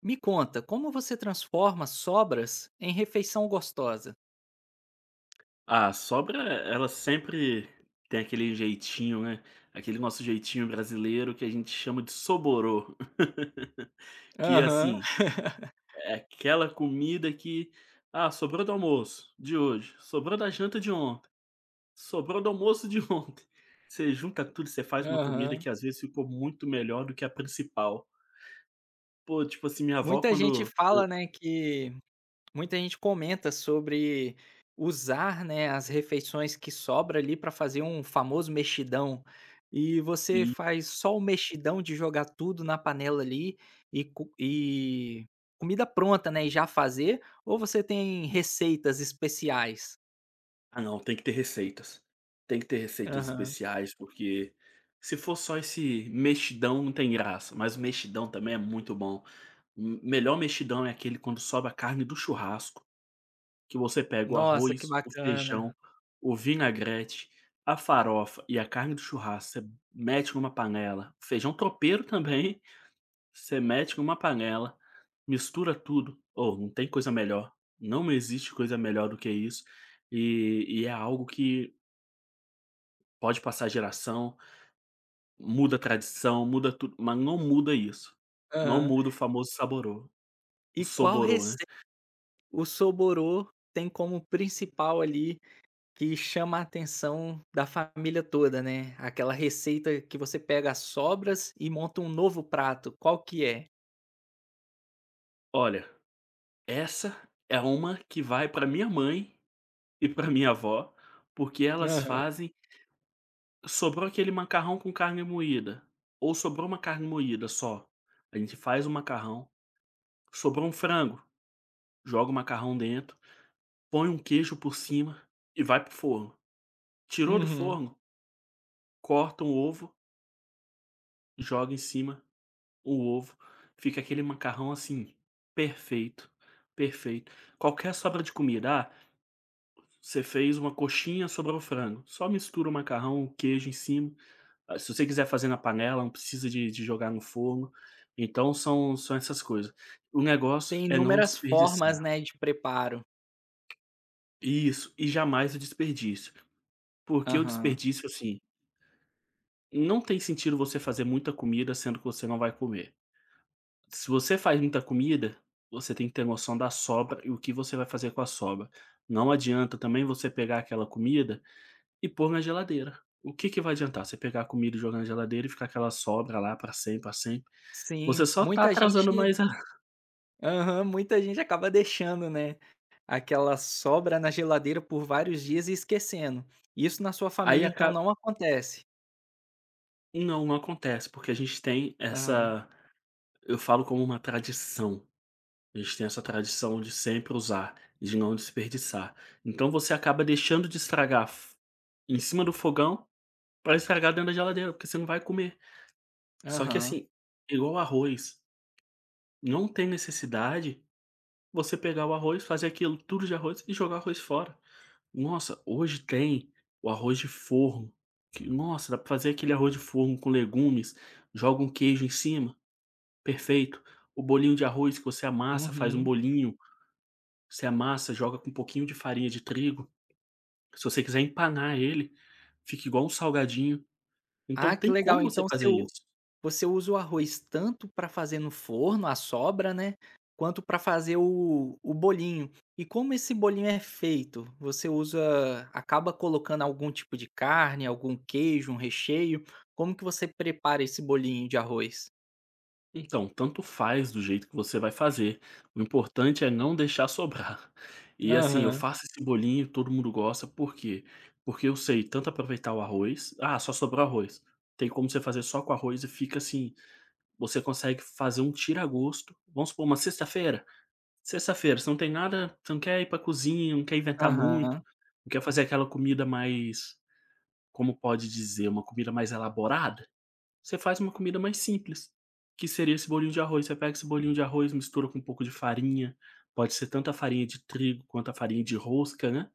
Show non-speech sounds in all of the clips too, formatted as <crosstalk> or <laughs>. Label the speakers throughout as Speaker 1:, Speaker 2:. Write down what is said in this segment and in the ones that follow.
Speaker 1: Me conta, como você transforma sobras em refeição gostosa?
Speaker 2: A sobra, ela sempre tem aquele jeitinho, né, aquele nosso jeitinho brasileiro que a gente chama de soborô, <laughs> que,
Speaker 1: Aham.
Speaker 2: assim,
Speaker 1: <laughs>
Speaker 2: é aquela comida que: "Ah, sobrou do almoço de hoje, sobrou da janta de ontem, sobrou do almoço de <laughs> ontem". Você junta tudo, você faz uma comida
Speaker 1: Aham.
Speaker 2: que às vezes ficou muito melhor do que a principal. Pô, tipo assim, minha avó
Speaker 1: Muita gente
Speaker 2: quando
Speaker 1: fala, né, que muita gente comenta sobre usar, né, as refeições que sobra ali para fazer um famoso mexidão. E você
Speaker 2: eu…
Speaker 1: faz só o mexidão de jogar tudo na panela ali e comida pronta, né, e já fazer, ou você tem receitas especiais?
Speaker 2: Ah não, tem que ter receitas. Tem que ter receitas
Speaker 1: Aham.
Speaker 2: especiais, porque se for só esse mexidão não tem graça, mas o mexidão também é muito bom. O melhor mexidão é aquele quando sobra a carne do churrasco, que você pega o
Speaker 1: Nossa, que
Speaker 2: arroz, o
Speaker 1: bacana.
Speaker 2: feijão, o vinagrete, a farofa e a carne do churrasco, você mete numa panela, feijão tropeiro também, você mete numa panela, mistura tudo. Ou não tem coisa melhor, não existe coisa melhor do que isso, e é algo que… Pode passar geração, muda a tradição, muda tudo, mas não muda isso. Não muda o famoso saborô, o
Speaker 1: E qual
Speaker 2: soborô, né.
Speaker 1: receita o soborô tem como principal ali, que chama a atenção da família toda, né, aquela receita que você pega as sobras e monta um novo prato, qual que é?
Speaker 2: Olha, essa é uma que vai pra minha mãe e pra minha avó, porque elas
Speaker 1: Aham.
Speaker 2: fazem… sobrou aquele macarrão com carne moída, ou sobrou uma carne moída só, a gente faz o macarrão, sobrou um frango, joga o macarrão dentro, põe um queijo por cima e vai pro forno. Tirou do
Speaker 1: Uhum.
Speaker 2: forno, corta um ovo, joga em cima o ovo, fica aquele macarrão, assim, perfeito, perfeito. Qualquer sobra de comida, ah, você fez uma coxinha, sobrou frango, só mistura o macarrão, o queijo em cima, ah, se você quiser fazer na panela, não precisa de jogar no forno, então são essas coisas. O negócio
Speaker 1: Tem
Speaker 2: é não
Speaker 1: inúmeras formas,
Speaker 2: desperdiçar.
Speaker 1: né, de preparo.
Speaker 2: Isso, e jamais o desperdício, porque o
Speaker 1: Aham.
Speaker 2: desperdício, assim, não tem sentido você fazer muita comida, sendo que você não vai comer. Se você faz muita comida, você tem que ter noção da sobra e o que você vai fazer com a sobra. Não adianta também você pegar aquela comida e pôr na geladeira. O que que vai adiantar? Você pegar a comida e jogar na geladeira e ficar aquela sobra lá para sempre, para sempre.
Speaker 1: Sim,
Speaker 2: Você só tá
Speaker 1: muita
Speaker 2: atrasando
Speaker 1: gente
Speaker 2: mais a… <laughs>
Speaker 1: aham, muita gente acaba deixando, né, aquela sobra na geladeira por vários dias e esquecendo. Isso na sua
Speaker 2: aí
Speaker 1: família, então,
Speaker 2: acaba…
Speaker 1: não acontece?
Speaker 2: não, não acontece, porque a gente tem
Speaker 1: Aham,
Speaker 2: essa… eu falo como uma tradição. A gente tem essa tradição de sempre usar, de não desperdiçar. Então você acaba deixando de estragar f… em cima do fogão… Pra estragar dentro da geladeira, porque você não vai comer. Só que
Speaker 1: aham.
Speaker 2: assim, igual arroz, não tem necessidade você pegar o arroz, fazer aquilo tudo de arroz e jogar o arroz fora. Nossa, hoje tem o arroz de forno, que nossa, dá pra fazer aquele arroz de forno com legumes, joga um queijo em cima, perfeito. O bolinho de arroz que você amassa, faz um
Speaker 1: Uhum.
Speaker 2: bolinho, você amassa, joga com um pouquinho de farinha de trigo, se você quiser empanar ele, fica igual um salgadinho. Então
Speaker 1: Ah, que
Speaker 2: tem
Speaker 1: legal.
Speaker 2: como você
Speaker 1: Então
Speaker 2: fazer isso.
Speaker 1: você usa o arroz tanto para fazer no forno, a sobra, né, quanto para fazer o bolinho. E como esse bolinho é feito? Você usa acaba colocando algum tipo de carne, algum queijo, um recheio? Como que você prepara esse bolinho de arroz?
Speaker 2: Então, tanto faz do jeito que você vai fazer, o importante é não deixar sobrar. <laughs> E assim, eu
Speaker 1: Aham,
Speaker 2: faço esse bolinho, todo mundo gosta, por quê? Porque eu sei tanto aproveitar o arroz, ah, só sobrou arroz. Tem como você fazer só com arroz e fica assim, você consegue fazer um tira-gosto. Vamos supor, uma sexta-feira, sexta-feira, você não tem nada, você não quer ir pra cozinha, não quer inventar muito,
Speaker 1: aham.
Speaker 2: não quer fazer aquela comida mais, como pode dizer, uma comida mais elaborada? Você faz uma comida mais simples, que seria esse bolinho de arroz. Você pega esse bolinho de arroz, mistura com um pouco de farinha, pode ser tanto a farinha de trigo quanto a farinha de rosca, né,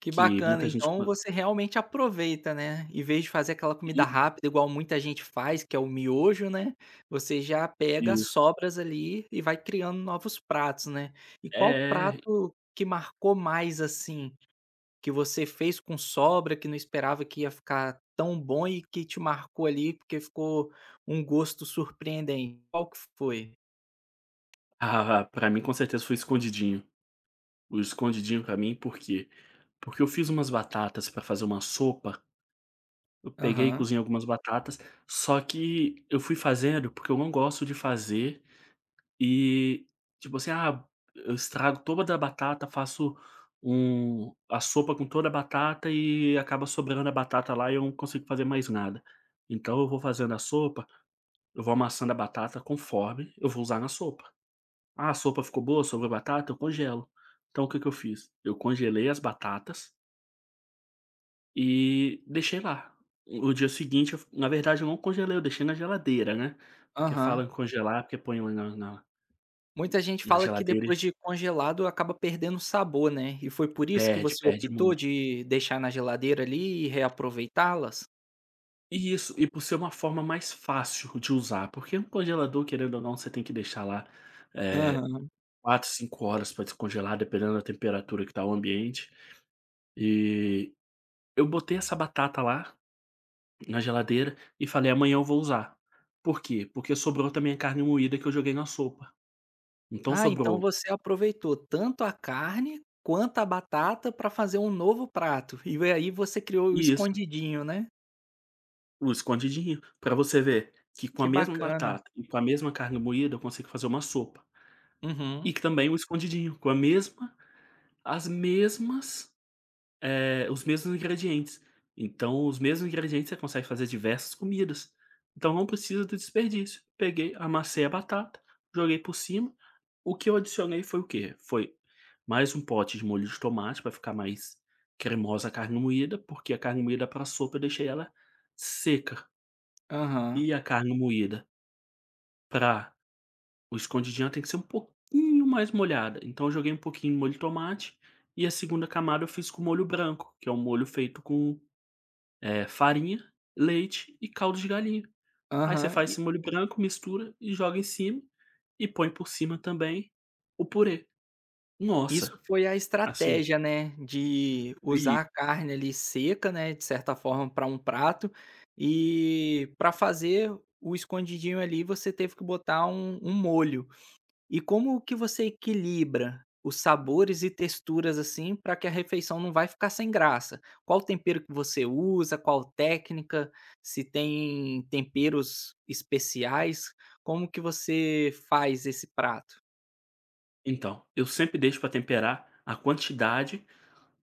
Speaker 1: Que
Speaker 2: que
Speaker 1: bacana,
Speaker 2: muita gente
Speaker 1: então
Speaker 2: co…
Speaker 1: você realmente aproveita, né, em vez de fazer aquela comida rápida igual muita gente faz, que é o miojo, né, você já pega as
Speaker 2: isso. <laughs>
Speaker 1: sobras ali e vai criando novos pratos, né. E qual
Speaker 2: É.
Speaker 1: prato que marcou mais, assim, que você fez com sobra, que não esperava que ia ficar tão bom e que te marcou ali, porque ficou um gosto surpreendente? Qual que foi?
Speaker 2: Ah, pra mim com certeza foi escondidinho. O escondidinho pra mim, por quê? Porque eu fiz umas batatas pra fazer uma sopa, eu peguei e
Speaker 1: Aham,
Speaker 2: cozinhei algumas batatas, só que eu fui fazendo porque eu não gosto de fazer… E, tipo assim, ah, eu estrago toda a batata, faço um… a sopa com toda a batata e acaba sobrando a batata lá e eu não consigo fazer mais nada. Então eu vou fazendo a sopa, eu vou amassando a batata conforme eu vou usar na sopa. Ah, a sopa ficou boa, sobrou batata, eu congelo. Então o que que eu fiz? Eu congelei as batatas e deixei lá. O dia seguinte, eu na verdade eu não congelei, eu deixei na geladeira, né, porque falam
Speaker 1: aham.
Speaker 2: em congelar, é porque põe lá na
Speaker 1: Muita gente
Speaker 2: na
Speaker 1: fala que
Speaker 2: geladeira
Speaker 1: depois
Speaker 2: e
Speaker 1: de congelado acaba perdendo o sabor, né, e foi por isso que
Speaker 2: perde,
Speaker 1: você
Speaker 2: perde
Speaker 1: optou
Speaker 2: muito.
Speaker 1: de deixar na geladeira ali e reaproveitá-las?
Speaker 2: E isso, e por ser uma forma mais fácil de usar, porque um congelador, querendo ou não, você tem que deixar lá, eh,
Speaker 1: Aham.
Speaker 2: 4, 5 horas para descongelar, dependendo da temperatura que está o ambiente. E eu botei essa batata lá na geladeira e falei: "Amanhã eu vou usar". Por quê? Porque sobrou também a carne moída que eu joguei na sopa. Então
Speaker 1: Ah, então
Speaker 2: sobrou…
Speaker 1: você aproveitou tanto a carne quanto a batata para fazer um novo prato, e aí você criou o
Speaker 2: isso,
Speaker 1: escondidinho, né.
Speaker 2: o escondidinho, para você ver que com
Speaker 1: Que
Speaker 2: a mesma
Speaker 1: bacana.
Speaker 2: batata e com a mesma carne moída eu consigo fazer uma sopa. E
Speaker 1: Uhum.
Speaker 2: que também o escondidinho, com a mesma… as mesmas… Os mesmos ingredientes. Então, os mesmos ingredientes você consegue fazer diversas comidas. Então, não precisa do desperdício. Peguei, amassei a batata, joguei por cima. O que eu adicionei foi o quê? Foi mais um pote de molho de tomate para ficar mais cremosa a carne moída, porque a carne moída para sopa eu deixei ela seca. E
Speaker 1: Aham.
Speaker 2: a carne moída para o escondidinho tem que ser um pouquinho mais molhada. Então, eu joguei um pouquinho de molho de tomate. E a segunda camada eu fiz com molho branco, que é um molho feito com farinha, leite e caldo de galinha. Aí você
Speaker 1: Aham.
Speaker 2: faz esse molho branco, mistura e joga em cima e põe por cima também o purê.
Speaker 1: Isso
Speaker 2: Nossa,
Speaker 1: foi a
Speaker 2: assim
Speaker 1: estratégia, né, de
Speaker 2: e…
Speaker 1: usar a carne ali seca, né, de certa forma para um prato, e para fazer o escondidinho ali você teve que botar um molho. E como que você equilibra os sabores e texturas, assim, para que a refeição não vai ficar sem graça? Qual tempero que você usa, qual técnica, se tem temperos especiais, como que você faz esse prato?
Speaker 2: então, eu sempre deixo para temperar a quantidade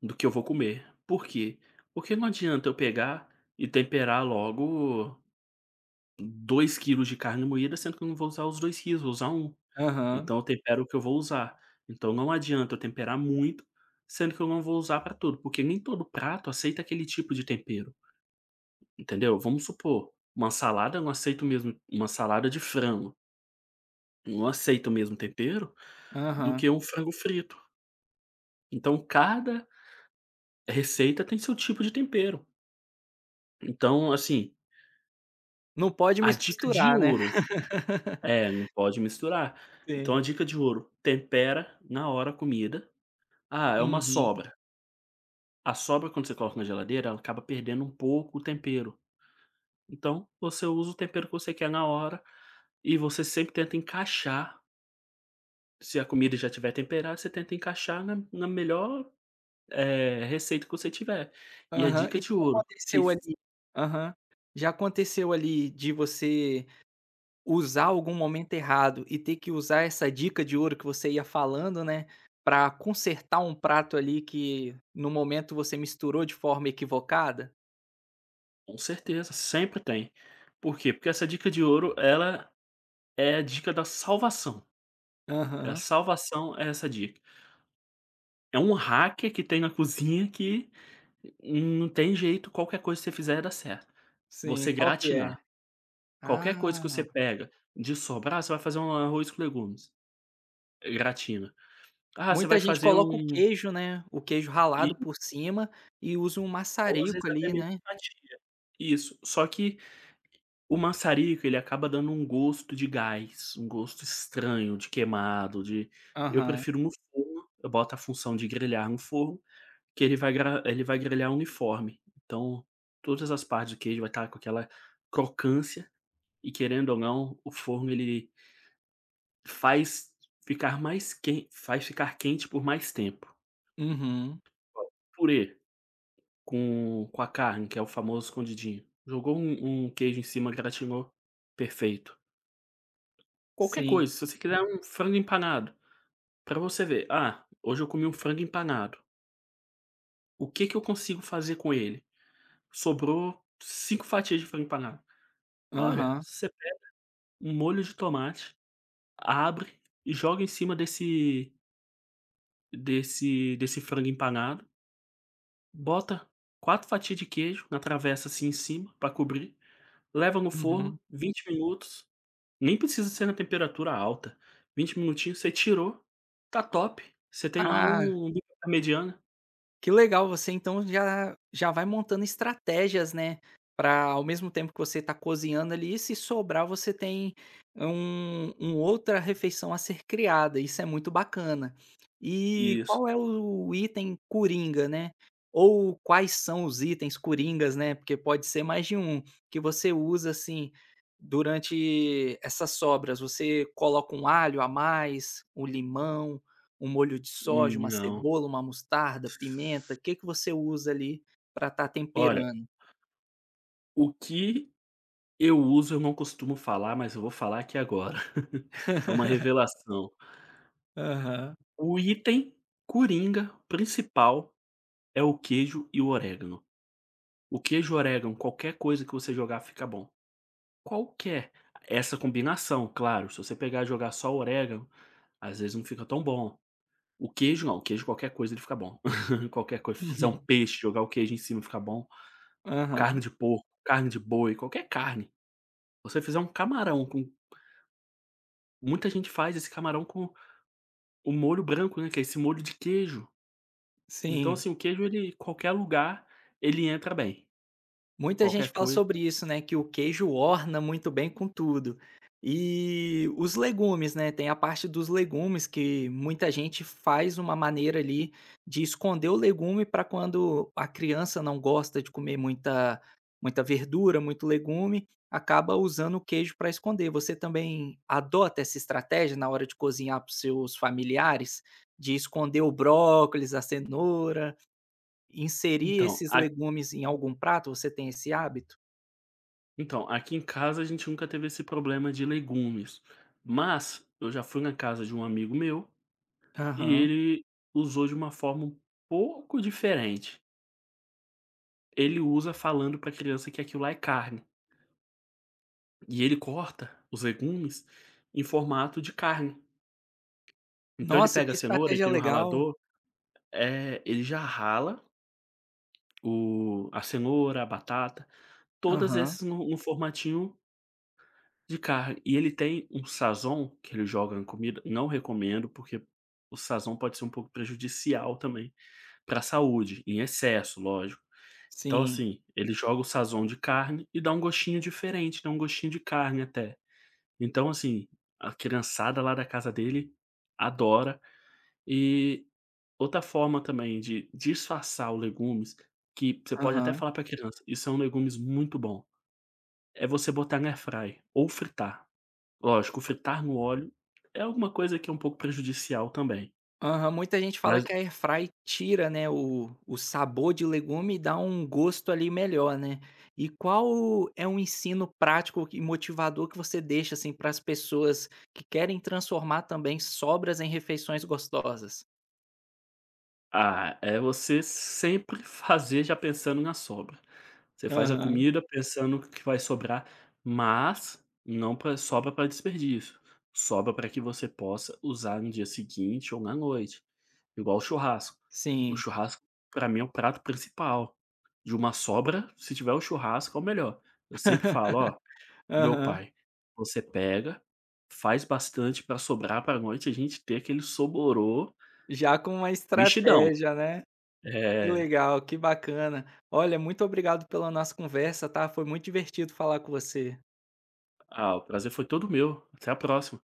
Speaker 2: do que eu vou comer. Por quê? Porque não adianta eu pegar e temperar logo 2 quilos de carne moída, sendo que eu não vou usar os 2 quilos, vou usar um.
Speaker 1: Aham,
Speaker 2: Então eu tempero o que eu vou usar. Então não adianta eu temperar muito, sendo que eu não vou usar para tudo, porque nem todo prato aceita aquele tipo de tempero, entendeu? Vamos supor, uma salada… eu não aceito mesmo uma salada de frango, eu não aceito o mesmo tempero do
Speaker 1: aham.
Speaker 2: que um frango frito. Então cada receita tem seu tipo de tempero. Então, assim,
Speaker 1: Não pode
Speaker 2: a dica de
Speaker 1: misturar, né.
Speaker 2: ouro
Speaker 1: <laughs>
Speaker 2: é, não pode misturar. Então a
Speaker 1: Sim.
Speaker 2: dica de ouro, tempera na hora a comida. Ah, é uma
Speaker 1: Uhum.
Speaker 2: sobra. A sobra quando você coloca na geladeira, ela acaba perdendo um pouco o tempero. Então, você usa o tempero que você quer na hora e você sempre tenta encaixar, se a comida já tiver temperada, você tenta encaixar na melhor, receita que você tiver. E a
Speaker 1: Aham. E
Speaker 2: dica de
Speaker 1: já
Speaker 2: ouro, que…
Speaker 1: aconteceu ali aham. Já aconteceu ali de você usar algum momento errado e ter que usar essa dica de ouro que você ia falando, né, pra consertar um prato ali que no momento você misturou de forma equivocada?
Speaker 2: com certeza, sempre tem. Por quê? Porque essa dica de ouro, ela é a dica da salvação. É a
Speaker 1: Aham.
Speaker 2: salvação é essa dica. É um hacker que tem na cozinha que não tem jeito, qualquer coisa que você fizer dá certo.
Speaker 1: Sim,
Speaker 2: Você
Speaker 1: qual que é?
Speaker 2: gratinar.
Speaker 1: Ah,
Speaker 2: Qualquer coisa que você pega de sobrar, você vai fazer um arroz com legumes, gratina. Ah, você
Speaker 1: muita
Speaker 2: vai
Speaker 1: gente
Speaker 2: fazer
Speaker 1: coloca o
Speaker 2: um…
Speaker 1: queijo, né, o queijo
Speaker 2: e…
Speaker 1: ralado por cima e usa um
Speaker 2: ou às
Speaker 1: maçarico
Speaker 2: vezes até
Speaker 1: ali,
Speaker 2: mesmo
Speaker 1: né.
Speaker 2: fatia. Isso, só que o maçarico ele acaba dando um gosto de gás, um gosto estranho de queimado, de… eu
Speaker 1: Aham.
Speaker 2: prefiro no forno, eu boto a função de grelhar no forno, que ele vai gra… ele vai grelhar uniforme. Então, todas as partes do queijo vai estar com aquela crocância e querendo ou não, o forno ele… Faz ficar mais quente… faz ficar quente por mais tempo.
Speaker 1: Uhum.
Speaker 2: Purê com a carne, que é o famoso escondidinho. Jogou um queijo em cima, gratinou, perfeito. Qualquer
Speaker 1: Sim.
Speaker 2: coisa, se você quiser um frango empanado, pra você ver: "Ah, hoje eu comi um frango empanado. O que que eu consigo fazer com ele? Sobrou 5 fatias de frango empanado". Olha,
Speaker 1: Aham,
Speaker 2: você pega um molho de tomate, abre e joga em cima desse frango empanado, bota 4 fatias de queijo na travessa, assim, em cima, pra cobrir, leva no
Speaker 1: uhum.
Speaker 2: forno 20 minutos, nem precisa ser na temperatura alta, 20 minutinhos, você tirou, tá top, você tem lá
Speaker 1: Ah,
Speaker 2: um bife à parmegiana.
Speaker 1: que legal, você então já vai montando estratégias, né, para ao mesmo tempo que você está cozinhando ali, se sobrar você tem um outra refeição a ser criada, isso é muito bacana. E
Speaker 2: Isso.
Speaker 1: qual é o item coringa, né, ou quais são os itens coringas, né, porque pode ser mais de um, que você usa, assim, durante essas sobras, você coloca um alho a mais, um limão? Um molho de soja, uma
Speaker 2: Não.
Speaker 1: cebola, uma mostarda, pimenta, o que que você usa ali para estar
Speaker 2: Olha,
Speaker 1: temperando?
Speaker 2: o que eu uso eu não costumo falar, mas eu vou falar aqui agora. <laughs> É uma
Speaker 1: <laughs>
Speaker 2: revelação.
Speaker 1: Aham.
Speaker 2: O item coringa principal é o queijo e o orégano. O queijo e o orégano, qualquer coisa que você jogar fica bom. Qualquer. Essa combinação, claro, se você pegar e jogar só orégano, às vezes não fica tão bom. O queijo não, o queijo qualquer coisa ele fica bom. <laughs> Qualquer coisa, se fizer um
Speaker 1: <laughs>
Speaker 2: peixe, jogar o queijo em cima fica bom. Carne
Speaker 1: Aham.
Speaker 2: de porco, carne de boi, qualquer carne. Você fizer um camarão com… muita gente faz esse camarão com o molho branco, né, que é esse molho de queijo. Então,
Speaker 1: Sim.
Speaker 2: assim, o queijo ele qualquer lugar, ele entra bem,
Speaker 1: Muita gente
Speaker 2: qualquer
Speaker 1: fala
Speaker 2: coisa.
Speaker 1: sobre isso, né, que o queijo orna muito bem com tudo. E os legumes, né, tem a parte dos legumes que muita gente faz uma maneira ali de esconder o legume para quando a criança não gosta de comer muita verdura, muito legume, acaba usando o queijo para esconder. Você também adota essa estratégia na hora de cozinhar para os seus familiares? De esconder o brócolis, a cenoura? Inserir
Speaker 2: Então,
Speaker 1: esses
Speaker 2: a…
Speaker 1: legumes em algum prato, você tem esse hábito?
Speaker 2: Então, aqui em casa a gente nunca teve esse problema de legumes, mas eu já fui na casa de um amigo meu e
Speaker 1: Aham.
Speaker 2: ele usou de uma forma um pouco diferente. Ele usa falando para a criança que aquilo lá é carne e ele corta os legumes em formato de carne. Então ele
Speaker 1: Nossa,
Speaker 2: pega
Speaker 1: que
Speaker 2: a cenoura, ele
Speaker 1: estratégia
Speaker 2: tem um
Speaker 1: legal.
Speaker 2: ralador, ele já rala o… a cenoura, a batata, todas
Speaker 1: Aham.
Speaker 2: essas no formatinho de carne. E ele tem um sazon que ele joga na comida, não recomendo, porque o sazon pode ser um pouco prejudicial também para a saúde, em excesso, lógico. Então,
Speaker 1: Sim.
Speaker 2: assim, ele joga o sazon de carne e dá um gostinho diferente, dá um gostinho de carne até. Então, assim, a criançada lá da casa dele adora. E outra forma também de disfarçar os legumes, que você pode até
Speaker 1: Aham.
Speaker 2: falar para a criança: "Isso é um legumes muito bom", é você botar na airfryer ou fritar. Lógico, fritar no óleo é alguma coisa que é um pouco prejudicial também,
Speaker 1: Aham. Muita gente fala
Speaker 2: mas…
Speaker 1: que a air fry tira, né, o sabor de legume e dá um gosto ali melhor, né. E qual é um ensino prático e motivador que você deixa, assim, para as pessoas que querem transformar também sobras em refeições gostosas?
Speaker 2: ah, é você sempre <laughs> fazer já pensando na sobra. Você faz a
Speaker 1: Aham.
Speaker 2: comida pensando que vai sobrar, mas não pra sobra para desperdício, sobra para que você possa usar no dia seguinte ou na noite, igual o churrasco. O
Speaker 1: Sim.
Speaker 2: churrasco para mim é o prato principal, de uma sobra, se tiver o churrasco é o melhor. Eu sempre falo: "Ó, o meu
Speaker 1: Aham.
Speaker 2: pai: "Você pega, faz bastante pra sobrar pra noite, a gente ter aquele soborô
Speaker 1: Já com uma
Speaker 2: mexidão".
Speaker 1: estratégia, né. Que
Speaker 2: É,
Speaker 1: legal, que bacana. Olha, muito obrigado pela nossa conversa, tá? Foi muito divertido falar com você.
Speaker 2: ah, o prazer foi todo meu. Até a próxima.